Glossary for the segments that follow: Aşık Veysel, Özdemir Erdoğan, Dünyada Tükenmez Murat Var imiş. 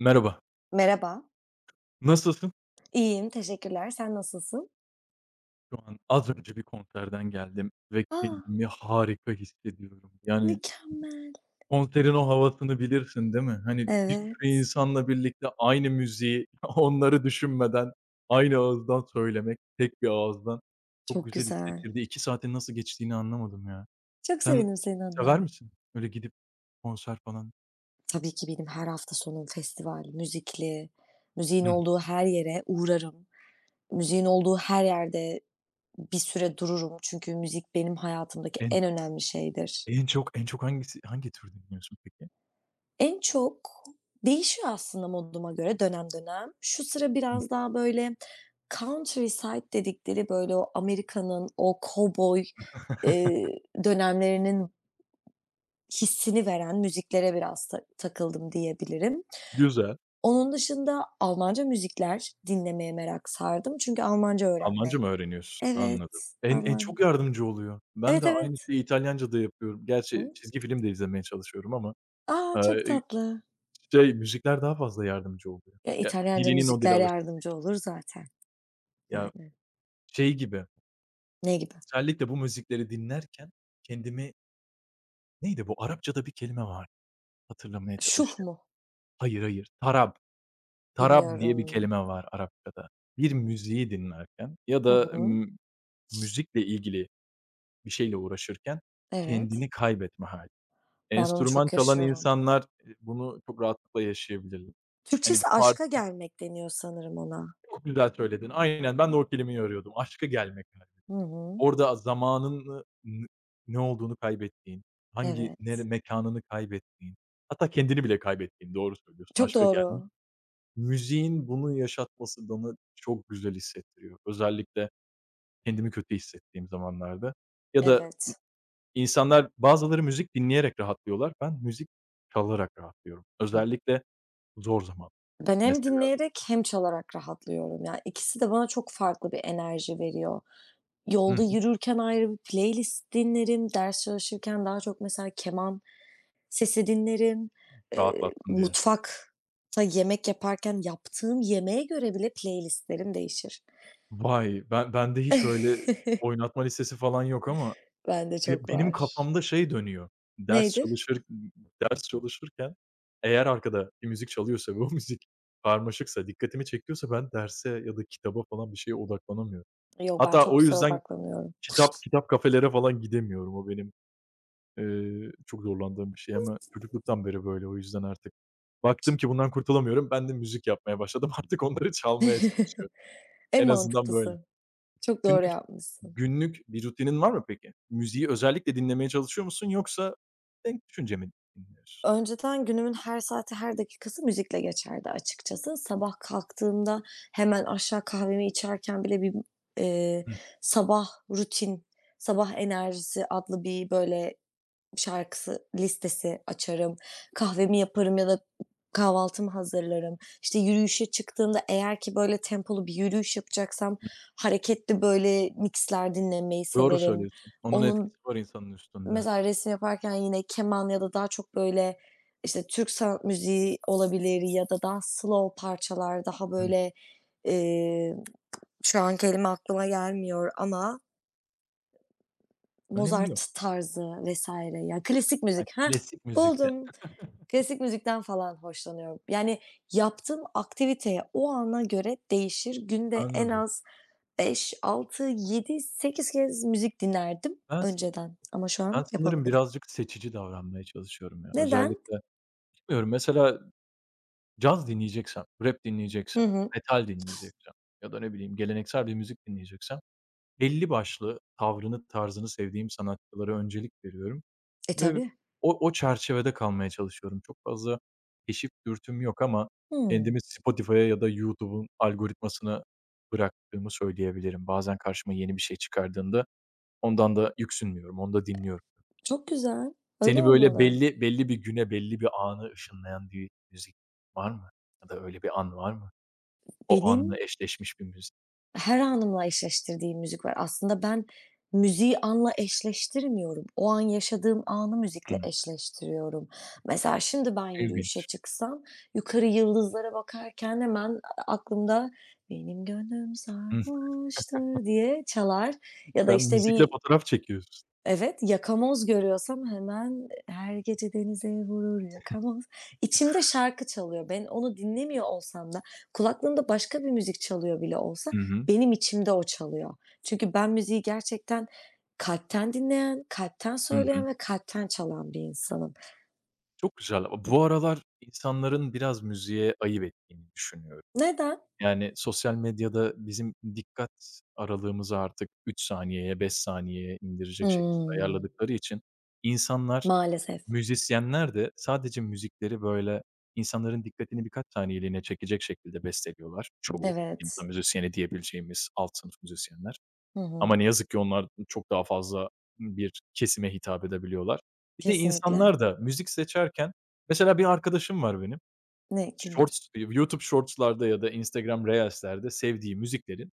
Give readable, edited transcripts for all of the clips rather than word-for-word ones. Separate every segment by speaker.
Speaker 1: Merhaba,
Speaker 2: Merhaba.
Speaker 1: nasılsın?
Speaker 2: İyiyim, teşekkürler. Sen nasılsın?
Speaker 1: Şu an az önce bir konserden geldim ve
Speaker 2: Ah,
Speaker 1: kendimi harika hissediyorum. Yani
Speaker 2: mükemmel.
Speaker 1: konserin o havasını bilirsin, değil mi? Hani bir sürü
Speaker 2: Evet,
Speaker 1: insanla birlikte aynı müziği onları düşünmeden aynı ağızdan söylemek, tek bir ağızdan çok
Speaker 2: çok
Speaker 1: güzel
Speaker 2: güzel.
Speaker 1: hissettirdi. 2 saatin nasıl geçtiğini anlamadım ya.
Speaker 2: Çok
Speaker 1: Sen
Speaker 2: sevindim senin
Speaker 1: sever
Speaker 2: adına.
Speaker 1: misin öyle gidip konser falan?
Speaker 2: Tabii ki benim her hafta sonum festival, müzikli, müziğin
Speaker 1: Hıh.
Speaker 2: olduğu her yere uğrarım. Müziğin olduğu her yerde bir süre dururum çünkü müzik benim hayatımdaki
Speaker 1: En
Speaker 2: en önemli şeydir.
Speaker 1: en çok hangisi hangi tür dinliyorsun peki?
Speaker 2: En çok değişiyor aslında moduma göre dönem dönem. Şu sıra
Speaker 1: Hı.
Speaker 2: biraz daha, böyle, countryside dedikleri, böyle, o Amerika'nın o cowboy eee, dönemlerinin hissini veren müziklere biraz ta takıldım diyebilirim.
Speaker 1: Güzel.
Speaker 2: Onun dışında Almanca müzikler dinlemeye merak sardım çünkü Almanca öğrenme.
Speaker 1: Almanca mı öğreniyorsun? Anladım.
Speaker 2: Evet,
Speaker 1: Çok
Speaker 2: Alman.
Speaker 1: yardımcı oluyor. Ben
Speaker 2: Evet,
Speaker 1: de aynı
Speaker 2: evet.
Speaker 1: şeyi İtalyanca da yapıyorum. Gerçi
Speaker 2: Hı.
Speaker 1: çizgi film de izlemeye çalışıyorum ama,
Speaker 2: A! Çok
Speaker 1: eee,
Speaker 2: tatlı.
Speaker 1: müzikler daha fazla yardımcı oluyor.
Speaker 2: Ya,
Speaker 1: Ya,
Speaker 2: İtalyanca
Speaker 1: dilinin o dile
Speaker 2: müzikler
Speaker 1: alışması
Speaker 2: yardımcı
Speaker 1: için.
Speaker 2: olur zaten,
Speaker 1: Ya,
Speaker 2: yani.
Speaker 1: şey gibi,
Speaker 2: Ne gibi?
Speaker 1: özellikle bu müzikleri dinlerken kendimi neydi bu? Arapçada bir kelime var. Hatırlamaya
Speaker 2: Şuh
Speaker 1: çalışacağım.
Speaker 2: mu?
Speaker 1: Hayır, hayır, tarab. Tarab diye bir
Speaker 2: Bilmiyorum.
Speaker 1: kelime var Arapçada. Bir müziği dinlerken ya
Speaker 2: Hı
Speaker 1: da,
Speaker 2: hı.
Speaker 1: müzikle ilgili bir şeyle uğraşırken
Speaker 2: Evet.
Speaker 1: kendini kaybetme hâli.
Speaker 2: Ben onu
Speaker 1: Enstrüman
Speaker 2: çok
Speaker 1: çalan
Speaker 2: yaşıyorum.
Speaker 1: insanlar, bunu çok rahatlıkla yaşayabilirler. Hani, bir
Speaker 2: Türkçesi
Speaker 1: parça
Speaker 2: aşka gelmek deniyor sanırım ona.
Speaker 1: çok güzel söyledin. Aynen, ben de o kelimeyi arıyordum. Aşka gelmek galiba.
Speaker 2: Hı hı.
Speaker 1: Orada zamanını n ne olduğunu kaybettiğin, hangi nere
Speaker 2: Evet.
Speaker 1: mekânını kaybettiğin, hatta kendini bile kaybettiğin, doğru söylüyorsun,
Speaker 2: Çok
Speaker 1: aşka gelmek.
Speaker 2: doğru.
Speaker 1: Müziğin bunu yaşatması bana çok güzel hissettiriyor. Özellikle kendimi kötü hissettiğim zamanlarda ya da
Speaker 2: Evet.
Speaker 1: insanlar bazıları müzik dinleyerek rahatlıyorlar. Ben müzik çalarak rahatlıyorum. Özellikle zor zaman
Speaker 2: Ben hem
Speaker 1: mesela.
Speaker 2: dinleyerek hem çalarak rahatlıyorum. Yani ikisi de bana çok farklı bir enerji veriyor.
Speaker 1: Hı
Speaker 2: Yolda
Speaker 1: hı.
Speaker 2: yürürken ayrı bir playlist dinlerim. Ders çalışırken daha çok mesela keman sesi dinlerim.
Speaker 1: Rahatlattın diye.
Speaker 2: Mutfakta yemek yaparken yaptığım yemeğe göre bile playlistlerim değişir.
Speaker 1: Vay! Ben bende hiç öyle oynatma listesi falan yok ama
Speaker 2: Bende çok
Speaker 1: benim
Speaker 2: var.
Speaker 1: kafamda şey dönüyor. Ders
Speaker 2: Nedir?
Speaker 1: çalışır Ders çalışırken eğer arkada bir müzik çalıyorsa ve o müzik karmaşıksa, dikkatimi çekiyorsa ben derse ya da kitaba falan bir şeye odaklanamıyorum.
Speaker 2: Yok, ben
Speaker 1: Hatta
Speaker 2: çok
Speaker 1: o
Speaker 2: güzel
Speaker 1: yüzden
Speaker 2: odaklanıyorum.
Speaker 1: kitap kafelere falan gidemiyorum. O benim çok zorlandığım bir şey ama çocukluktan beri böyle. O yüzden artık baktım ki bundan kurtulamıyorum. Ben de müzik yapmaya başladım. Artık onları çalmaya çalışıyorum.
Speaker 2: En
Speaker 1: En azından böyle.
Speaker 2: mantıklısı. Çok doğru
Speaker 1: Günlük
Speaker 2: yapmışsın.
Speaker 1: günlük bir rutinin var mı peki? Müziği özellikle dinlemeye çalışıyor musun yoksa denk düşünce mi dinliyorsun?
Speaker 2: Önceden günümün her saati, her dakikası müzikle geçerdi açıkçası. Sabah kalktığımda hemen aşağı kahvemi içerken bile bir, eee,
Speaker 1: Hı.
Speaker 2: sabah rutin, sabah enerjisi adlı bir böyle şarkısı listesi açarım, kahvemi yaparım ya da kahvaltımı hazırlarım. İşte, yürüyüşe çıktığımda eğer ki böyle tempolu bir yürüyüş yapacaksam hareketli böyle mix'ler dinlemeyi
Speaker 1: Doğru
Speaker 2: severim.
Speaker 1: söylüyorsun. Onun
Speaker 2: Onun
Speaker 1: etkisi var insanın üstünde.
Speaker 2: mesela resim yaparken yine keman ya da daha çok böyle, işte, Türk sanat müziği olabilir ya da daha slow parçalar, daha
Speaker 1: Hı.
Speaker 2: böyle, eee, şu an kelime aklıma gelmiyor ama
Speaker 1: Önemi yok.
Speaker 2: Mozart tarzı vesaire ya klasik
Speaker 1: Ha,
Speaker 2: müzik. Hah,
Speaker 1: klasik müzikte.
Speaker 2: buldum. Klasik müzikten falan hoşlanıyorum. Yani yaptığım aktiviteye o ana göre değişir. Günde en
Speaker 1: Anladım.
Speaker 2: az 5, 6, 7, 8 kez müzik dinlerdim
Speaker 1: Ben s
Speaker 2: önceden ama şu
Speaker 1: Ben
Speaker 2: an
Speaker 1: sanırım
Speaker 2: yapamıyorum.
Speaker 1: birazcık seçici davranmaya çalışıyorum ya.
Speaker 2: Neden?
Speaker 1: Özellikle bilmiyorum mesela caz dinleyeceksem, rap
Speaker 2: Hı
Speaker 1: dinleyeceksem,
Speaker 2: hı.
Speaker 1: metal dinleyeceksem ya da ne bileyim geleneksel bir müzik dinleyeceksem belli başlı tavrını, tarzını sevdiğim sanatçılara öncelik veriyorum
Speaker 2: E,
Speaker 1: ve
Speaker 2: tabii.
Speaker 1: o çerçevede kalmaya çalışıyorum. Çok fazla keşif dürtüm yok ama
Speaker 2: Hımm.
Speaker 1: kendimi Spotify'a ya da YouTube'un algoritmasına bıraktığımı söyleyebilirim. Bazen karşıma yeni bir şey çıkardığında ondan da yüksünmüyorum, onu da dinliyorum.
Speaker 2: Çok güzel. Öyle
Speaker 1: Seni böyle
Speaker 2: olmalı.
Speaker 1: belli bir güne, belli bir anı ışınlayan bir müzik var mı ya da öyle bir an var mı? O anla
Speaker 2: Benim
Speaker 1: eşleşmiş bir müzik.
Speaker 2: Her anımla eşleştirdiğim müzik var. Aslında ben müziği anla eşleştirmiyorum. O an yaşadığım anı
Speaker 1: Hıı,
Speaker 2: müzikle eşleştiriyorum. Mesela şimdi ben yürüyüşe
Speaker 1: ilginç.
Speaker 2: çıksam yukarı yıldızlara bakarken hemen aklımda "Benim gönlüm
Speaker 1: Hıh.
Speaker 2: sarhoştur" diye çalar ya da,
Speaker 1: Sen
Speaker 2: işte,
Speaker 1: müzikle fotoğraf çekiyorsun.
Speaker 2: Evet, yakamoz görüyorsam hemen her gece denize vurur yakamoz. İçimde şarkı çalıyor. Ben onu dinlemiyor olsam da kulaklığımda başka bir müzik çalıyor bile olsa
Speaker 1: Hı hı.
Speaker 2: benim içimde o çalıyor. Çünkü ben müziği gerçekten kalpten dinleyen, kalpten
Speaker 1: Hı hı.
Speaker 2: söyleyen ve kalpten çalan bir insanım.
Speaker 1: Çok güzel. A, bu aralar insanların biraz müziğe ayıp ettiğini düşünüyorum.
Speaker 2: Neden?
Speaker 1: Yani, sosyal medyada bizim dikkat aralığımızı artık 3 saniyeye, 5 saniyeye indirecek şekilde
Speaker 2: Hımm.
Speaker 1: ayarladıkları için insanlar,
Speaker 2: Maalesef.
Speaker 1: müzisyenler de sadece müzikleri, böyle, insanların dikkatini birkaç saniyeliğine çekecek şekilde besteliyorlar çoğu insan
Speaker 2: Evet.
Speaker 1: müzisyeni diyebileceğimiz alt sınıf müzisyenler.
Speaker 2: Hı
Speaker 1: Ama
Speaker 2: hı.
Speaker 1: ne yazık ki onlar çok daha fazla bir kesime hitap edebiliyorlar. Bir de
Speaker 2: Kesinlikle.
Speaker 1: insanlar da müzik seçerken mesela bir arkadaşım var benim.
Speaker 2: Ne kimdir?
Speaker 1: Shorts, YouTube Shorts'larda ya da Instagram Reels'lerde sevdiği müziklerin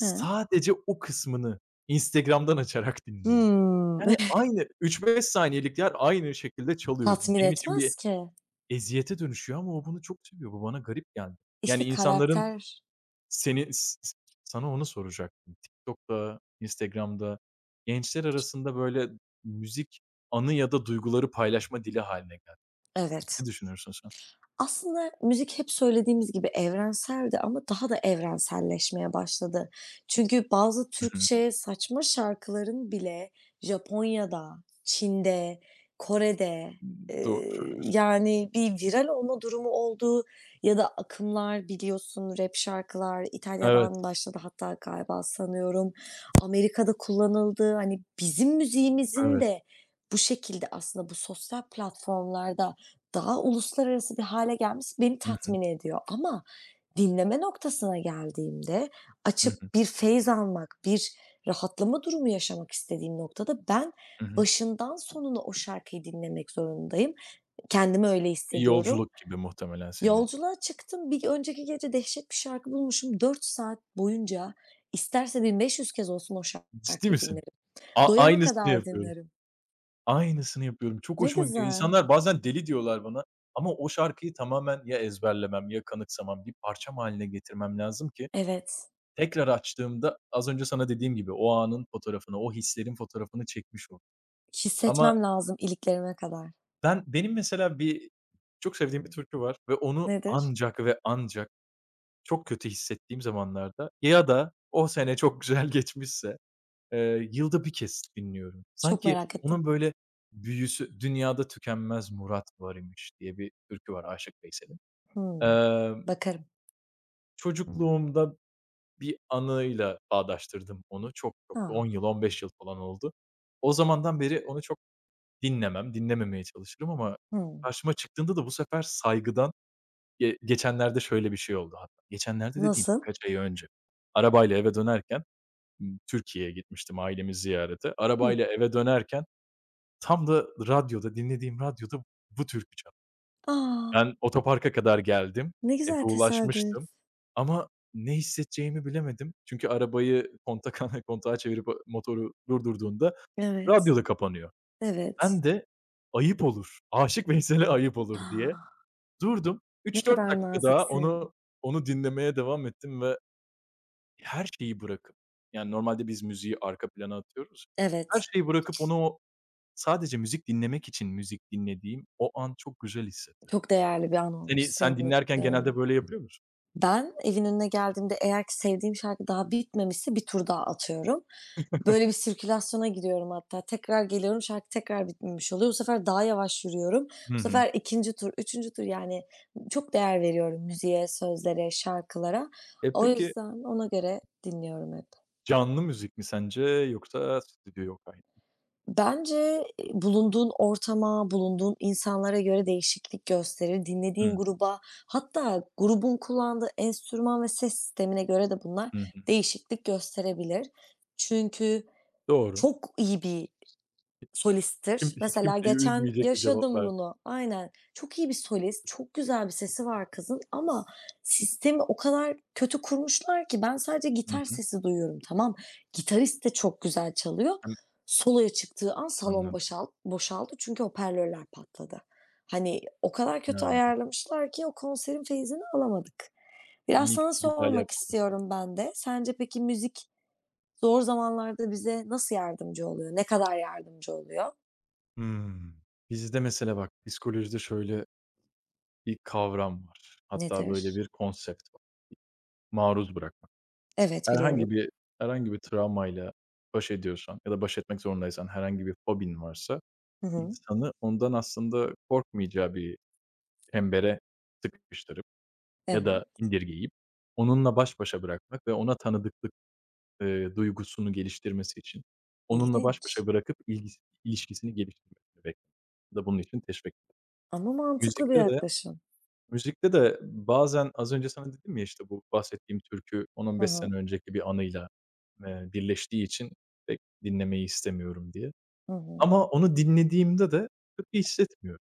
Speaker 2: He.
Speaker 1: o kısmını Instagram'dan açarak dinliyor.
Speaker 2: Hımm.
Speaker 1: Yani aynı 3-5 saniyelikler aynı şekilde çalıyor.
Speaker 2: Tatmin
Speaker 1: Benim için bir
Speaker 2: etmez ki.
Speaker 1: eziyete dönüşüyor ama o bunu çok seviyor. Bu bana garip geldi. Yani
Speaker 2: İşte
Speaker 1: insanların
Speaker 2: karakter.
Speaker 1: seni s s sana onu soracaktım. TikTok'ta, Instagram'da gençler arasında böyle müzik anı ya da duyguları paylaşma dili haline geldi.
Speaker 2: Evet.
Speaker 1: Ne düşünüyorsun sen?
Speaker 2: Aslında müzik hep söylediğimiz gibi evrenseldi ama daha da evrenselleşmeye başladı. Çünkü bazı
Speaker 1: Hı hı.
Speaker 2: Türkçe saçma şarkıların bile Japonya'da, Çin'de, Kore'de,
Speaker 1: Doğru söylüyorsun.
Speaker 2: yani bir viral olma durumu oldu ya da akımlar biliyorsun rap şarkılar
Speaker 1: Evet,
Speaker 2: İtalya'dan başladı hatta galiba sanıyorum. Amerika'da kullanıldı. Hani bizim müziğimizin
Speaker 1: evet.
Speaker 2: de bu şekilde aslında bu sosyal platformlarda daha uluslararası bir hale gelmesi beni
Speaker 1: Hı hı.
Speaker 2: tatmin ediyor ama dinleme noktasına geldiğimde
Speaker 1: Hı hı.
Speaker 2: açıp bir feyz almak, bir rahatlama durumu yaşamak istediğim noktada ben
Speaker 1: Hı hı.
Speaker 2: başından sonuna o şarkıyı dinlemek zorundayım. Kendimi öyle
Speaker 1: Bir
Speaker 2: hissediyorum.
Speaker 1: yolculuk gibi muhtemelen senin için.
Speaker 2: Yolculuğa çıktım, bir önceki gece dehşet bir şarkı bulmuşum. 4 saat boyunca isterse 1500 kez olsun o
Speaker 1: Ciddi
Speaker 2: şarkıyı
Speaker 1: misin?
Speaker 2: dinlerim. Doyana
Speaker 1: Aynısını
Speaker 2: kadar
Speaker 1: yapıyorum.
Speaker 2: dinlerim.
Speaker 1: Aynısını yapıyorum. Çok
Speaker 2: Ne
Speaker 1: hoşuma gidiyor.
Speaker 2: güzel.
Speaker 1: İnsanlar bazen deli diyorlar bana ama o şarkıyı tamamen ya ezberlemem ya kanıksamam, bir parçam haline getirmem lazım ki
Speaker 2: Evet,
Speaker 1: tekrar açtığımda az önce sana dediğim gibi o anın fotoğrafını, o hislerin fotoğrafını çekmiş oldum. Ama
Speaker 2: hissetmem lazım iliklerime kadar.
Speaker 1: benim mesela bir çok sevdiğim bir türkü var ve onu
Speaker 2: Nedir?
Speaker 1: ancak ve ancak çok kötü hissettiğim zamanlarda ya da o sene çok güzel geçmişse, yılda bir kez dinliyorum.
Speaker 2: Çok
Speaker 1: Sanki
Speaker 2: merak ettim.
Speaker 1: onun böyle büyüsü "Dünyada Tükenmez Murat Var imiş" diye bir türkü var Aşık Veysel'in.
Speaker 2: Hımm.
Speaker 1: Emm,
Speaker 2: Bakarım.
Speaker 1: Çocukluğumda bir anıyla bağdaştırdım onu. Çok çok 10
Speaker 2: A!
Speaker 1: yıl, 15 yıl falan oldu. O zamandan beri onu çok dinlememeye çalışırım ama
Speaker 2: Hımm.
Speaker 1: karşıma çıktığında da bu sefer saygıdan geçenlerde şöyle bir şey oldu hatta. Geçenlerde dediğim
Speaker 2: Nasıl?
Speaker 1: birkaç ay önce. Arabayla eve dönerken, Türkiye'ye gitmiştim ailemi ziyarete.
Speaker 2: Hı.
Speaker 1: Arabayla eve dönerken tam da radyoda, dinlediğim radyoda bu türkü çaldı.
Speaker 2: A!
Speaker 1: Ben otoparka kadar geldim,
Speaker 2: Ne
Speaker 1: eve
Speaker 2: güzel tesadüf.
Speaker 1: ulaşmıştım ama ne hissedeceğimi bilemedim. Çünkü arabayı kontak kontağa çevirip motoru durdurduğunda
Speaker 2: Evet,
Speaker 1: radyo da kapanıyor.
Speaker 2: evet.
Speaker 1: Ben de ayıp olur, Aşık Veysel'e ayıp olur diye
Speaker 2: A!
Speaker 1: durdum.
Speaker 2: Ne
Speaker 1: Üç dört
Speaker 2: kadar
Speaker 1: dakika daha
Speaker 2: naziksin.
Speaker 1: onu dinlemeye devam ettim ve her şeyi bırakıp, yani, normalde biz müziği arka plana atıyoruz. Her
Speaker 2: Evet,
Speaker 1: şeyi bırakıp o sadece müzik dinlemek için müzik dinlediğim o an çok güzel hissetti.
Speaker 2: çok değerli bir an olmuş
Speaker 1: Sen
Speaker 2: senin
Speaker 1: dinlerken genelde
Speaker 2: için.
Speaker 1: böyle yapıyor musun?
Speaker 2: Ben evin önüne geldiğimde eğer ki sevdiğim şarkı daha bitmemişse bir tur daha atıyorum. Böyle bir sirkülasyona giriyorum hatta. Tekrar geliyorum, şarkı tekrar bitmemiş oluyor. Bu sefer daha yavaş yürüyorum. Bu
Speaker 1: Hı hı.
Speaker 2: sefer ikinci tur, üçüncü tur yani çok değer veriyorum müziğe, sözlere, şarkılara.
Speaker 1: E,
Speaker 2: O
Speaker 1: peki
Speaker 2: yüzden ona göre dinliyorum hep.
Speaker 1: canlı müzik mi sence yoksa stüdyo kaydı?
Speaker 2: Bence, bulunduğun ortama, bulunduğun insanlara göre değişiklik gösterir.
Speaker 1: Hı,
Speaker 2: Dinlediğin gruba, hatta grubun kullandığı enstrüman ve ses sistemine göre de bunlar
Speaker 1: hı hı.
Speaker 2: değişiklik gösterebilir. Çünkü
Speaker 1: Doğru.
Speaker 2: çok iyi bir
Speaker 1: Kim
Speaker 2: solisttir.
Speaker 1: hiç
Speaker 2: Mesela
Speaker 1: kimseyi
Speaker 2: geçen
Speaker 1: üzmeyecek bir cevap
Speaker 2: yaşadım
Speaker 1: verdin.
Speaker 2: bunu. Aynen. Çok iyi bir solist, çok güzel bir sesi var kızın ama sistemi o kadar kötü kurmuşlar ki ben sadece
Speaker 1: Hı
Speaker 2: gitar
Speaker 1: hı.
Speaker 2: sesi duyuyorum, tamam. Gitarist de çok güzel çalıyor.
Speaker 1: Hımm,
Speaker 2: Soloya çıktığı an salon
Speaker 1: anladım.
Speaker 2: boşaldı çünkü hoparlörler patladı. Hani o kadar kötü
Speaker 1: Hımm.
Speaker 2: ayarlamışlar ki o konserin feyzini alamadık. Biraz sana
Speaker 1: Mix'i güzel
Speaker 2: sormak
Speaker 1: yapmamışlar.
Speaker 2: istiyorum ben de. Sence peki müzik zor zamanlarda bize nasıl yardımcı oluyor? Ne kadar yardımcı oluyor?
Speaker 1: Hımm. Bizde mesela bak psikolojide şöyle bir kavram var. Hatta
Speaker 2: Nedir?
Speaker 1: böyle bir konsept var. Maruz bırakmak.
Speaker 2: Evet,
Speaker 1: Herhangi
Speaker 2: biliyorum.
Speaker 1: bir Herhangi bir travmayla baş ediyorsan ya da baş etmek zorundaysan, herhangi bir fobin varsa
Speaker 2: Hı hı.
Speaker 1: insanı ondan aslında korkmayacağı bir çembere sıkıştırıp ya da
Speaker 2: Evet,
Speaker 1: indirgeyip onunla baş başa bırakmak ve ona tanıdıklık, duygusunu geliştirmesi için onunla baş
Speaker 2: ilginç
Speaker 1: başa bırakıp ilişkisini geliştirmesini beklemek ya da bunun için teşvik.
Speaker 2: ama mantıklı bir
Speaker 1: Müzikte de
Speaker 2: yaklaşım.
Speaker 1: Müzikte de bazen az önce sana dedim ya, işte, bu bahsettiğim türkü 10
Speaker 2: Hı
Speaker 1: beş
Speaker 2: hı.
Speaker 1: sene önceki bir anıyla, birleştiği için pek dinlemeyi istemiyorum diye.
Speaker 2: Hı hı.
Speaker 1: Ama onu dinlediğimde de kötü hissetmiyorum.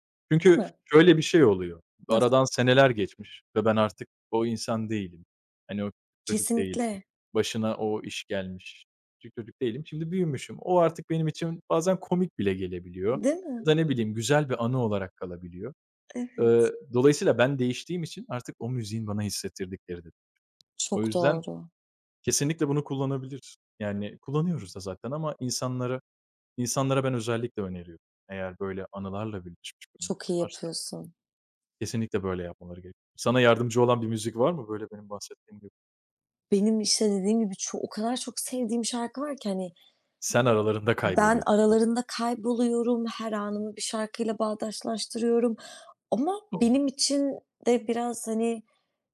Speaker 2: Değil
Speaker 1: Çünkü
Speaker 2: mi?
Speaker 1: şöyle bir şey oluyor.
Speaker 2: Nasıl?
Speaker 1: Aradan seneler geçmiş ve ben artık o insan değilim. Hani, o çocuk değilim.
Speaker 2: Kesinlikle,
Speaker 1: Başına o iş gelmiş. Küçük çocuk değilim. Şimdi büyümüşüm. O artık benim için bazen komik bile gelebiliyor
Speaker 2: değil mi?
Speaker 1: ya da ne bileyim güzel bir anı olarak kalabiliyor.
Speaker 2: Evet.
Speaker 1: Dolayısıyla ben değiştiğim için artık o müziğin bana hissettirdikleri de. O
Speaker 2: Çok
Speaker 1: yüzden
Speaker 2: doğru.
Speaker 1: kesinlikle bunu kullanabilir. Yani kullanıyoruz da zaten ama İnsanlara ben özellikle öneriyorum. Eğer böyle anılarla birleşmiş bir
Speaker 2: Çok
Speaker 1: müzik
Speaker 2: iyi
Speaker 1: varsa
Speaker 2: yapıyorsun.
Speaker 1: kesinlikle böyle yapmaları gerekiyor. Sana yardımcı olan bir müzik var mı? Böyle benim bahsettiğim gibi.
Speaker 2: Benim, işte, dediğim gibi o kadar çok sevdiğim şarkı var ki, hani,
Speaker 1: Sen aralarında
Speaker 2: ben
Speaker 1: kayboluyorsun böyle.
Speaker 2: aralarında kayboluyorum, her anımı bir şarkıyla bağdaşlaştırıyorum ama
Speaker 1: Doğru.
Speaker 2: benim için de biraz, hani,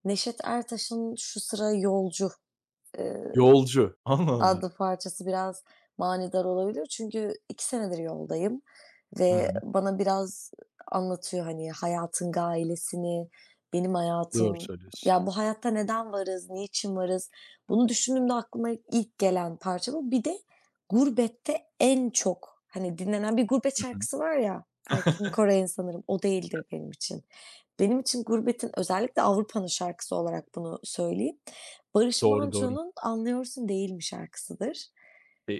Speaker 2: Neşet Ertaş'ın şu sıra "Yolcu", eee
Speaker 1: Yolcu. Allah Allah.
Speaker 2: adlı parçası biraz manidar olabilir. Çünkü 2 senedir yoldayım
Speaker 1: Hı hı.
Speaker 2: ve bana biraz anlatıyor, hani, hayatın gailesini, benim
Speaker 1: Doğru
Speaker 2: hayatım,
Speaker 1: söylüyorsun.
Speaker 2: ya, bu hayatta neden varız, niçin varız? Bunu düşündüğümde aklıma ilk gelen parça bu. Bir de gurbette en çok, hani, dinlenen bir gurbet
Speaker 1: Hı hı.
Speaker 2: şarkısı var ya, Erkin Koray'ın sanırım, o değildir benim için. Benim için Gurbet'in özellikle Avrupa'nın şarkısı olarak bunu söyleyeyim. Barış
Speaker 1: Doğru, doğru.
Speaker 2: Manço'nun "Anlıyorsun Değil Mi" şarkısıdır.
Speaker 1: E,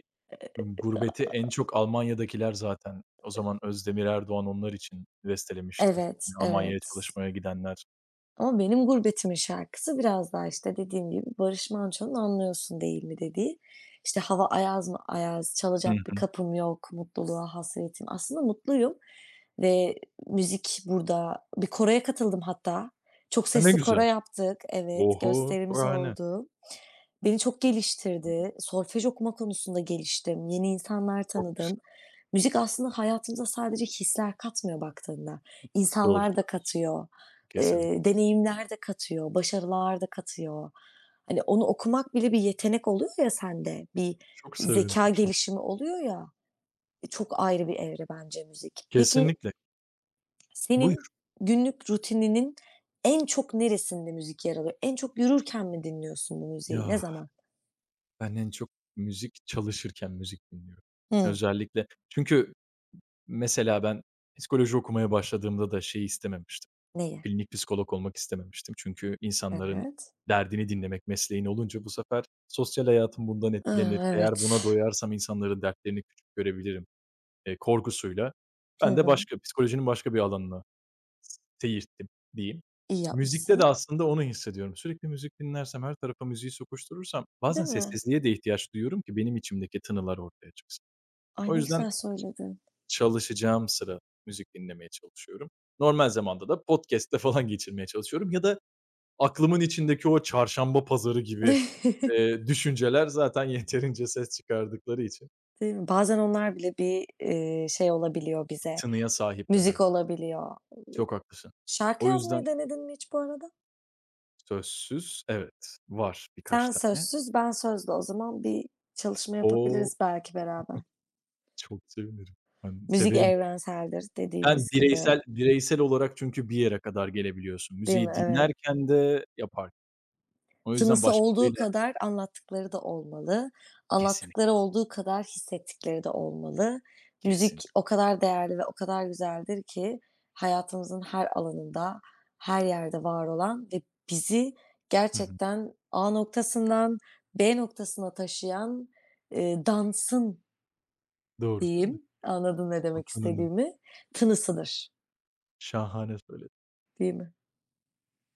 Speaker 1: gurbeti en çok Almanya'dakiler zaten o zaman Özdemir Erdoğan onlar için bestelemişti.
Speaker 2: Evet,
Speaker 1: Yani Almanya'ya
Speaker 2: evet.
Speaker 1: çalışmaya gidenler.
Speaker 2: Ama benim Gurbetimin şarkısı biraz daha, işte, dediğim gibi Barış Manço'nun "Anlıyorsun Değil Mi" dediği, işte, hava ayaz mı ayaz,
Speaker 1: Hı
Speaker 2: çalacak bir
Speaker 1: hı.
Speaker 2: kapım yok, mutluluğa hasretim. Aslında mutluyum ve müzik burada. Bir koroya katıldım hatta. Çok
Speaker 1: A, ne
Speaker 2: sesli koro
Speaker 1: güzel.
Speaker 2: yaptık. Evet,
Speaker 1: Oho!
Speaker 2: gösterimiz
Speaker 1: Şahane.
Speaker 2: oldu. Beni çok geliştirdi. Solfej okuma konusunda geliştim. Yeni insanlar
Speaker 1: Çok
Speaker 2: tanıdım.
Speaker 1: güzel.
Speaker 2: Müzik aslında hayatımıza sadece hisler katmıyor baktığında.
Speaker 1: Doğru
Speaker 2: İnsanlar da
Speaker 1: söylüyorsun.
Speaker 2: katıyor.
Speaker 1: Kesinlikle.
Speaker 2: Deneyimler de katıyor. Başarılar da katıyor. Hani onu okumak bile bir yetenek oluyor ya sende. Bir
Speaker 1: Çok
Speaker 2: zekâ
Speaker 1: sevindim şu.
Speaker 2: gelişimi oluyor ya. E, çok ayrı bir evre bence müzik. Peki
Speaker 1: Kesinlikle. Buyur.
Speaker 2: senin günlük rutininin en çok neresinde müzik yer alıyor? En çok yürürken mi dinliyorsun bu müziği? Ne
Speaker 1: Ya,
Speaker 2: zaman?
Speaker 1: ben en çok müzik çalışırken müzik dinliyorum.
Speaker 2: Hımm.
Speaker 1: Özellikle çünkü mesela ben psikoloji okumaya başladığımda da şey istememiştim,
Speaker 2: Neyi?
Speaker 1: klinik psikolog olmak istememiştim. Çünkü insanların
Speaker 2: Evet.
Speaker 1: derdini dinlemek mesleğin olunca bu sefer sosyal hayatım bundan
Speaker 2: A,
Speaker 1: etkilenir.
Speaker 2: evet.
Speaker 1: Eğer buna doyarsam insanların dertlerini küçük görebilirim, korkusuyla
Speaker 2: Hı
Speaker 1: ben de
Speaker 2: hı.
Speaker 1: başka psikolojinin başka bir alanına seyirttim diyeyim.
Speaker 2: İyi yapmışsın.
Speaker 1: Müzikte de aslında onu hissediyorum. Sürekli müzik dinlersem, her tarafa müziği sokuşturursam
Speaker 2: Değil
Speaker 1: bazen
Speaker 2: mi?
Speaker 1: sessizliğe de ihtiyaç duyuyorum ki benim içimdeki tınılar ortaya çıksın.
Speaker 2: Ay,
Speaker 1: O
Speaker 2: ne
Speaker 1: yüzden
Speaker 2: güzel söyledin.
Speaker 1: çalışacağım sıra müzik dinlemeye çalışıyorum. Normal zamanda da podcast'te falan geçirmeye çalışıyorum ya da aklımın içindeki o çarşamba pazarı gibi, düşünceler zaten yeterince ses çıkardıkları için
Speaker 2: Değil mi? Bazen onlar bile bir, şey olabiliyor
Speaker 1: bir
Speaker 2: bize,
Speaker 1: tınıya sahipler,
Speaker 2: müzik
Speaker 1: evet.
Speaker 2: olabiliyor.
Speaker 1: Çok haklısın.
Speaker 2: Şarkı
Speaker 1: O
Speaker 2: yazmayı
Speaker 1: yüzden
Speaker 2: denedin mi hiç bu arada?
Speaker 1: sözsüz evet, var birkaç
Speaker 2: Sen
Speaker 1: tane.
Speaker 2: sözsüz, ben sözlü. O zaman bir çalışma
Speaker 1: O
Speaker 2: yapabiliriz belki beraber.
Speaker 1: çok sevinirim. Ben
Speaker 2: Müzik
Speaker 1: severim.
Speaker 2: evrenseldir
Speaker 1: Ben
Speaker 2: dediğimiz gibi.
Speaker 1: bireysel olarak çünkü bir yere kadar gelebiliyorsun.
Speaker 2: Değil mi?
Speaker 1: Müziği
Speaker 2: Evet.
Speaker 1: dinlerken de yaparken. O yüzden
Speaker 2: Tınısı olduğu
Speaker 1: başkalarıyla
Speaker 2: kadar anlattıkları da olmalı. Anlattıkları
Speaker 1: kesinlikle,
Speaker 2: olduğu kadar hissettikleri de olmalı.
Speaker 1: kesin.
Speaker 2: Müzik o kadar değerli ve o kadar güzeldir ki hayatımızın her alanında, her yerde var olan ve bizi
Speaker 1: Hı hı.
Speaker 2: gerçekten A noktasından B noktasına taşıyan, dansın
Speaker 1: Doğru söylüyorsun.
Speaker 2: diyeyim, anladın ne demek
Speaker 1: Vatanının
Speaker 2: istediğimi, tınısıdır,
Speaker 1: şahane söyle
Speaker 2: değil mi?